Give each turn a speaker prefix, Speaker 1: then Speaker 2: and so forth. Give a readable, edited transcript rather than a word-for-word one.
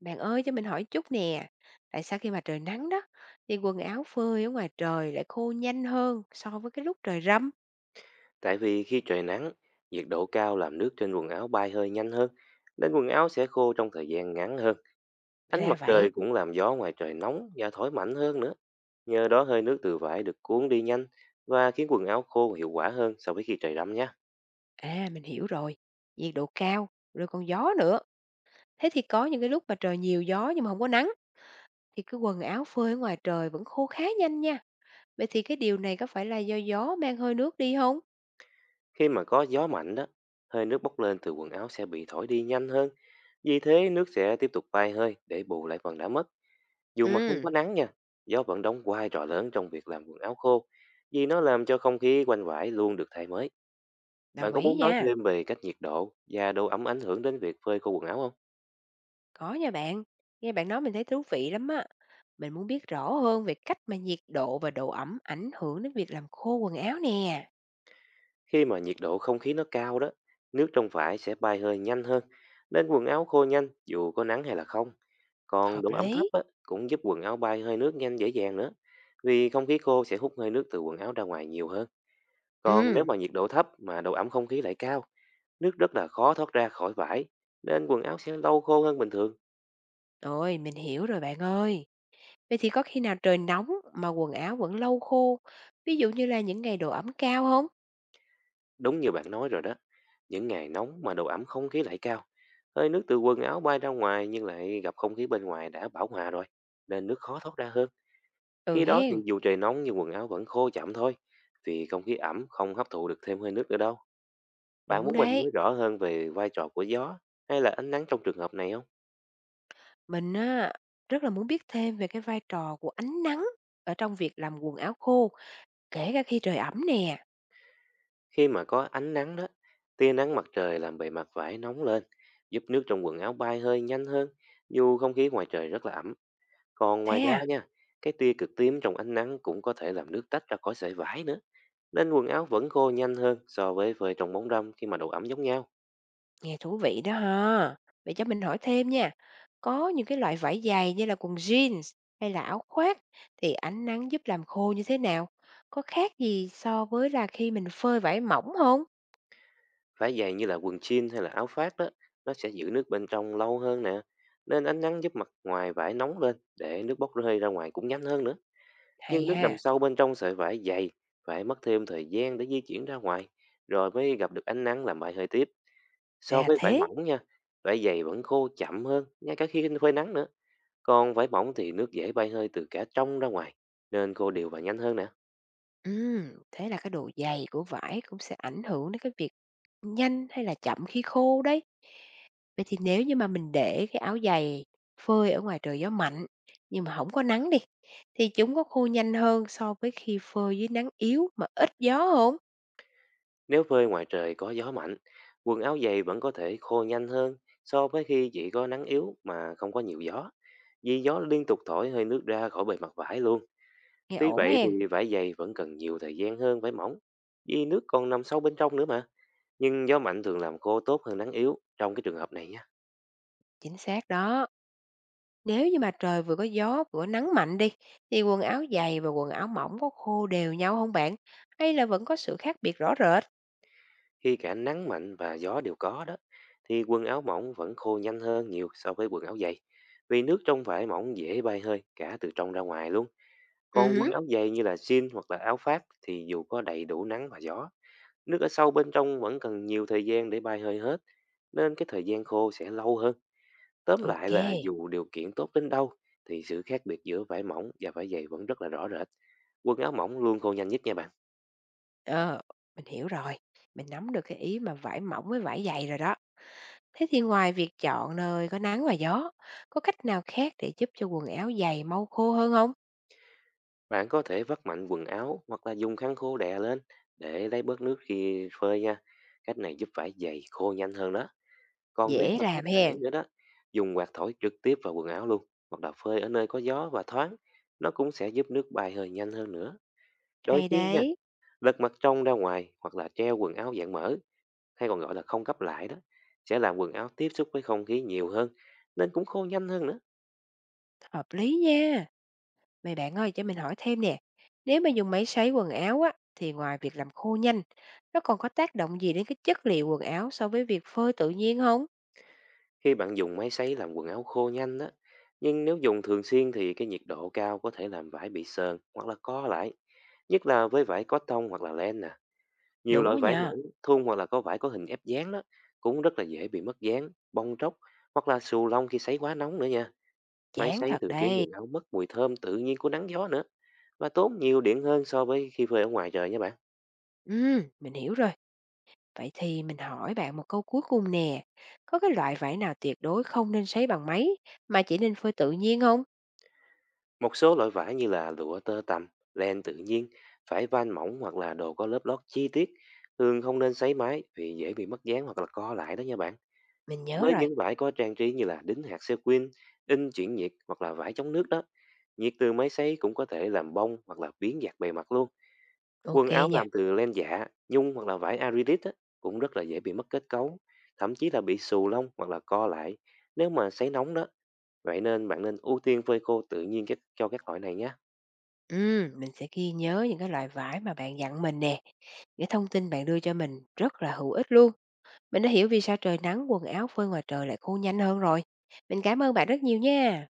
Speaker 1: Bạn ơi cho mình hỏi chút nè, tại sao khi mà trời nắng đó thì quần áo phơi ở ngoài trời lại khô nhanh hơn so với cái lúc trời râm?
Speaker 2: Tại vì khi trời nắng, nhiệt độ cao làm nước trên quần áo bay hơi nhanh hơn, nên quần áo sẽ khô trong thời gian ngắn hơn. Ánh
Speaker 1: Ra
Speaker 2: mặt
Speaker 1: vậy.
Speaker 2: trời cũng làm gió ngoài trời nóng và thổi mạnh hơn nữa. Nhờ đó hơi nước từ vải được cuốn đi nhanh và khiến quần áo khô hiệu quả hơn so với khi trời đâm nhé.
Speaker 1: À mình hiểu rồi. Nhiệt độ cao rồi còn gió nữa. Thế thì có những cái lúc mà trời nhiều gió nhưng mà không có nắng thì cái quần áo phơi ở ngoài trời vẫn khô khá nhanh nha. Vậy thì cái điều này có phải là do gió mang hơi nước đi không?
Speaker 2: Khi mà có gió mạnh đó, hơi nước bốc lên từ quần áo sẽ bị thổi đi nhanh hơn. Vì thế nước sẽ tiếp tục bay hơi để bù lại phần đã mất. Dù mà không
Speaker 1: Ừ,
Speaker 2: có nắng nha, gió vẫn đóng vai trò lớn trong việc làm quần áo khô. Vì nó làm cho không khí quanh vải luôn được thay mới. Bạn
Speaker 1: đồng
Speaker 2: có
Speaker 1: ý
Speaker 2: muốn nói
Speaker 1: nha.
Speaker 2: thêm về cách nhiệt độ và độ ẩm ảnh hưởng đến việc phơi khô quần áo không?
Speaker 1: Có nha bạn. Nghe bạn nói mình thấy thú vị lắm á. Mình muốn biết rõ hơn về cách mà nhiệt độ và độ ẩm ảnh hưởng đến việc làm khô quần áo nè.
Speaker 2: Khi mà nhiệt độ không khí nó cao đó, nước trong vải sẽ bay hơi nhanh hơn, nên quần áo khô nhanh dù có nắng hay là không. Còn
Speaker 1: Hợp
Speaker 2: độ ẩm thấp
Speaker 1: lý.
Speaker 2: á, cũng giúp quần áo bay hơi nước nhanh dễ dàng nữa, vì không khí khô sẽ hút hơi nước từ quần áo ra ngoài nhiều hơn. Còn
Speaker 1: Ừ,
Speaker 2: nếu mà nhiệt độ thấp mà độ ẩm không khí lại cao, nước rất là khó thoát ra khỏi vải, nên quần áo sẽ lâu khô hơn bình thường.
Speaker 1: rồi mình hiểu rồi bạn ơi. Vậy thì có khi nào trời nóng mà quần áo vẫn lâu khô, ví dụ như là những ngày độ ẩm cao không?
Speaker 2: Đúng như bạn nói rồi đó, những ngày nóng mà độ ẩm không khí lại cao, hơi nước từ quần áo bay ra ngoài nhưng lại gặp không khí bên ngoài đã bão hòa rồi, nên nước khó thoát ra hơn.
Speaker 1: Ừ
Speaker 2: Khi đó thì
Speaker 1: hen,
Speaker 2: dù trời nóng nhưng quần áo vẫn khô chậm thôi, vì không khí ẩm không hấp thụ được thêm hơi nước nữa đâu. Bạn
Speaker 1: đúng
Speaker 2: muốn mình
Speaker 1: đấy.
Speaker 2: nói rõ hơn về vai trò của gió hay là ánh nắng trong trường hợp này không?
Speaker 1: Mình á rất là muốn biết thêm về cái vai trò của ánh nắng ở trong việc làm quần áo khô, kể cả khi trời ẩm nè.
Speaker 2: Khi mà có ánh nắng đó, tia nắng mặt trời làm bề mặt vải nóng lên, giúp nước trong quần áo bay hơi nhanh hơn, dù không khí ngoài trời rất là ẩm. Còn ngoài
Speaker 1: Thế
Speaker 2: ra
Speaker 1: à?
Speaker 2: nha, cái tia cực tím trong ánh nắng cũng có thể làm nước tách ra khỏi sợi vải nữa, nên quần áo vẫn khô nhanh hơn so với phơi trong bóng râm khi mà độ ẩm giống nhau.
Speaker 1: Nghe thú vị đó ha. Vậy cho mình hỏi thêm nha, có những cái loại vải dày như là quần jeans hay là áo khoác thì ánh nắng giúp làm khô như thế nào? Có khác gì so với là khi mình phơi vải mỏng không?
Speaker 2: Vải dày như là quần jean hay là áo phát đó, nó sẽ giữ nước bên trong lâu hơn nè, nên ánh nắng giúp mặt ngoài vải nóng lên để nước bốc rơi ra ngoài cũng nhanh hơn nữa. Nhưng
Speaker 1: Hay
Speaker 2: nước nằm
Speaker 1: ha,
Speaker 2: sâu bên trong sợi vải dày, phải mất thêm thời gian để di chuyển ra ngoài, rồi mới gặp được ánh nắng làm bại hơi tiếp. So
Speaker 1: ra
Speaker 2: với vải
Speaker 1: thế.
Speaker 2: mỏng nha, vải dày vẫn khô chậm hơn, ngay cả khi phơi nắng nữa. Còn vải mỏng thì nước dễ bay hơi từ cả trong ra ngoài, nên khô đều và nhanh hơn nè.
Speaker 1: Ừ, thế là cái độ dày của vải cũng sẽ ảnh hưởng đến cái việc nhanh hay là chậm khi khô đấy. Vậy thì nếu như mà mình để cái áo dày phơi ở ngoài trời gió mạnh nhưng mà không có nắng đi, thì chúng có khô nhanh hơn so với khi phơi dưới nắng yếu mà ít gió không?
Speaker 2: Nếu phơi ngoài trời có gió mạnh, quần áo dày vẫn có thể khô nhanh hơn so với khi chỉ có nắng yếu mà không có nhiều gió. Vì gió liên tục thổi hơi nước ra khỏi bề mặt vải luôn.
Speaker 1: Nghe
Speaker 2: Tuy
Speaker 1: ổn
Speaker 2: vậy
Speaker 1: hen.
Speaker 2: thì vải dày vẫn cần nhiều thời gian hơn vải mỏng, vì nước còn nằm sâu bên trong nữa mà. Nhưng gió mạnh thường làm khô tốt hơn nắng yếu trong cái trường hợp này nhé.
Speaker 1: Chính xác đó. Nếu như mà trời vừa có gió vừa có nắng mạnh đi, thì quần áo dày và quần áo mỏng có khô đều nhau không bạn? Hay là vẫn có sự khác biệt rõ rệt?
Speaker 2: Khi cả nắng mạnh và gió đều có đó, thì quần áo mỏng vẫn khô nhanh hơn nhiều so với quần áo dày. Vì nước trong vải mỏng dễ bay hơi cả từ trong ra ngoài luôn.
Speaker 1: Ừ
Speaker 2: Còn quần
Speaker 1: hứm,
Speaker 2: áo dày như là jean hoặc là áo phát thì dù có đầy đủ nắng và gió, nước ở sâu bên trong vẫn cần nhiều thời gian để bay hơi hết, nên cái thời gian khô sẽ lâu hơn. Tóm
Speaker 1: ô.
Speaker 2: lại là dù điều kiện tốt đến đâu, thì sự khác biệt giữa vải mỏng và vải dày vẫn rất là rõ rệt. Quần áo mỏng luôn khô nhanh nhất nha bạn.
Speaker 1: Ờ, mình hiểu rồi, mình nắm được cái ý mà vải mỏng với vải dày rồi đó. Thế thì ngoài việc chọn nơi có nắng và gió, có cách nào khác để giúp cho quần áo dày mau khô hơn không?
Speaker 2: Bạn có thể vắt mạnh quần áo hoặc là dùng khăn khô đè lên để lấy bớt nước khi phơi nha. Cách này giúp vải dày khô nhanh hơn đó. Còn nếu
Speaker 1: Dễ
Speaker 2: mà có
Speaker 1: làm
Speaker 2: thể
Speaker 1: hen.
Speaker 2: nữa đó, dùng quạt thổi trực tiếp vào quần áo luôn hoặc là phơi ở nơi có gió và thoáng. Nó cũng sẽ giúp nước bài hơi nhanh hơn nữa. Đôi
Speaker 1: Hay
Speaker 2: khi nha,
Speaker 1: đấy,
Speaker 2: lật mặt trong ra ngoài hoặc là treo quần áo dạng mở hay còn gọi là không cấp lại đó sẽ làm quần áo tiếp xúc với không khí nhiều hơn nên cũng khô nhanh hơn nữa.
Speaker 1: hợp lý nha. Mày bạn ơi, cho mình hỏi thêm nè, nếu mà dùng máy sấy quần áo á, thì ngoài việc làm khô nhanh, nó còn có tác động gì đến cái chất liệu quần áo so với việc phơi tự nhiên không?
Speaker 2: Khi bạn dùng máy sấy làm quần áo khô nhanh đó, nhưng nếu dùng thường xuyên thì cái nhiệt độ cao có thể làm vải bị sờn hoặc là co lại, nhất là với vải cotton hoặc là len nè. Nhiều
Speaker 1: Đúng đó
Speaker 2: loại vải
Speaker 1: nha,
Speaker 2: mỏng, thun hoặc là có vải có hình ép dáng đó cũng rất là dễ bị mất dáng, bong tróc hoặc là xù lông khi sấy quá nóng nữa nha. Máy
Speaker 1: chán
Speaker 2: sấy
Speaker 1: thật
Speaker 2: thường khiến
Speaker 1: đây.
Speaker 2: quần áo mất mùi thơm tự nhiên của nắng gió nữa và tốn nhiều điện hơn so với khi phơi ở ngoài trời nha bạn.
Speaker 1: Mình hiểu rồi. Vậy thì mình hỏi bạn một câu cuối cùng nè. Có cái loại vải nào tuyệt đối không nên sấy bằng máy mà chỉ nên phơi tự nhiên không?
Speaker 2: Một số loại vải như là lụa tơ tằm, len tự nhiên, vải van mỏng hoặc là đồ có lớp lót chi tiết thường không nên sấy máy vì dễ bị mất dáng hoặc là co lại đó nha bạn.
Speaker 1: Mình nhớ
Speaker 2: Với
Speaker 1: rồi.
Speaker 2: những vải có trang trí như là đính hạt sequin, in chuyển nhiệt hoặc là vải chống nước đó, nhiệt từ máy sấy cũng có thể làm bông hoặc là biến dạng bề mặt luôn.
Speaker 1: Ok
Speaker 2: Quần áo
Speaker 1: nha.
Speaker 2: làm từ len dạ, nhung hoặc là vải arylit á, cũng rất là dễ bị mất kết cấu, thậm chí là bị xù lông hoặc là co lại nếu mà sấy nóng đó. Vậy nên bạn nên ưu tiên phơi khô tự nhiên cho các loại này nhé.
Speaker 1: Ừ, mình sẽ ghi nhớ những cái loại vải mà bạn dặn mình nè. Những thông tin bạn đưa cho mình rất là hữu ích luôn. Mình đã hiểu vì sao trời nắng quần áo phơi ngoài trời lại khô nhanh hơn rồi. Mình cảm ơn bạn rất nhiều nha.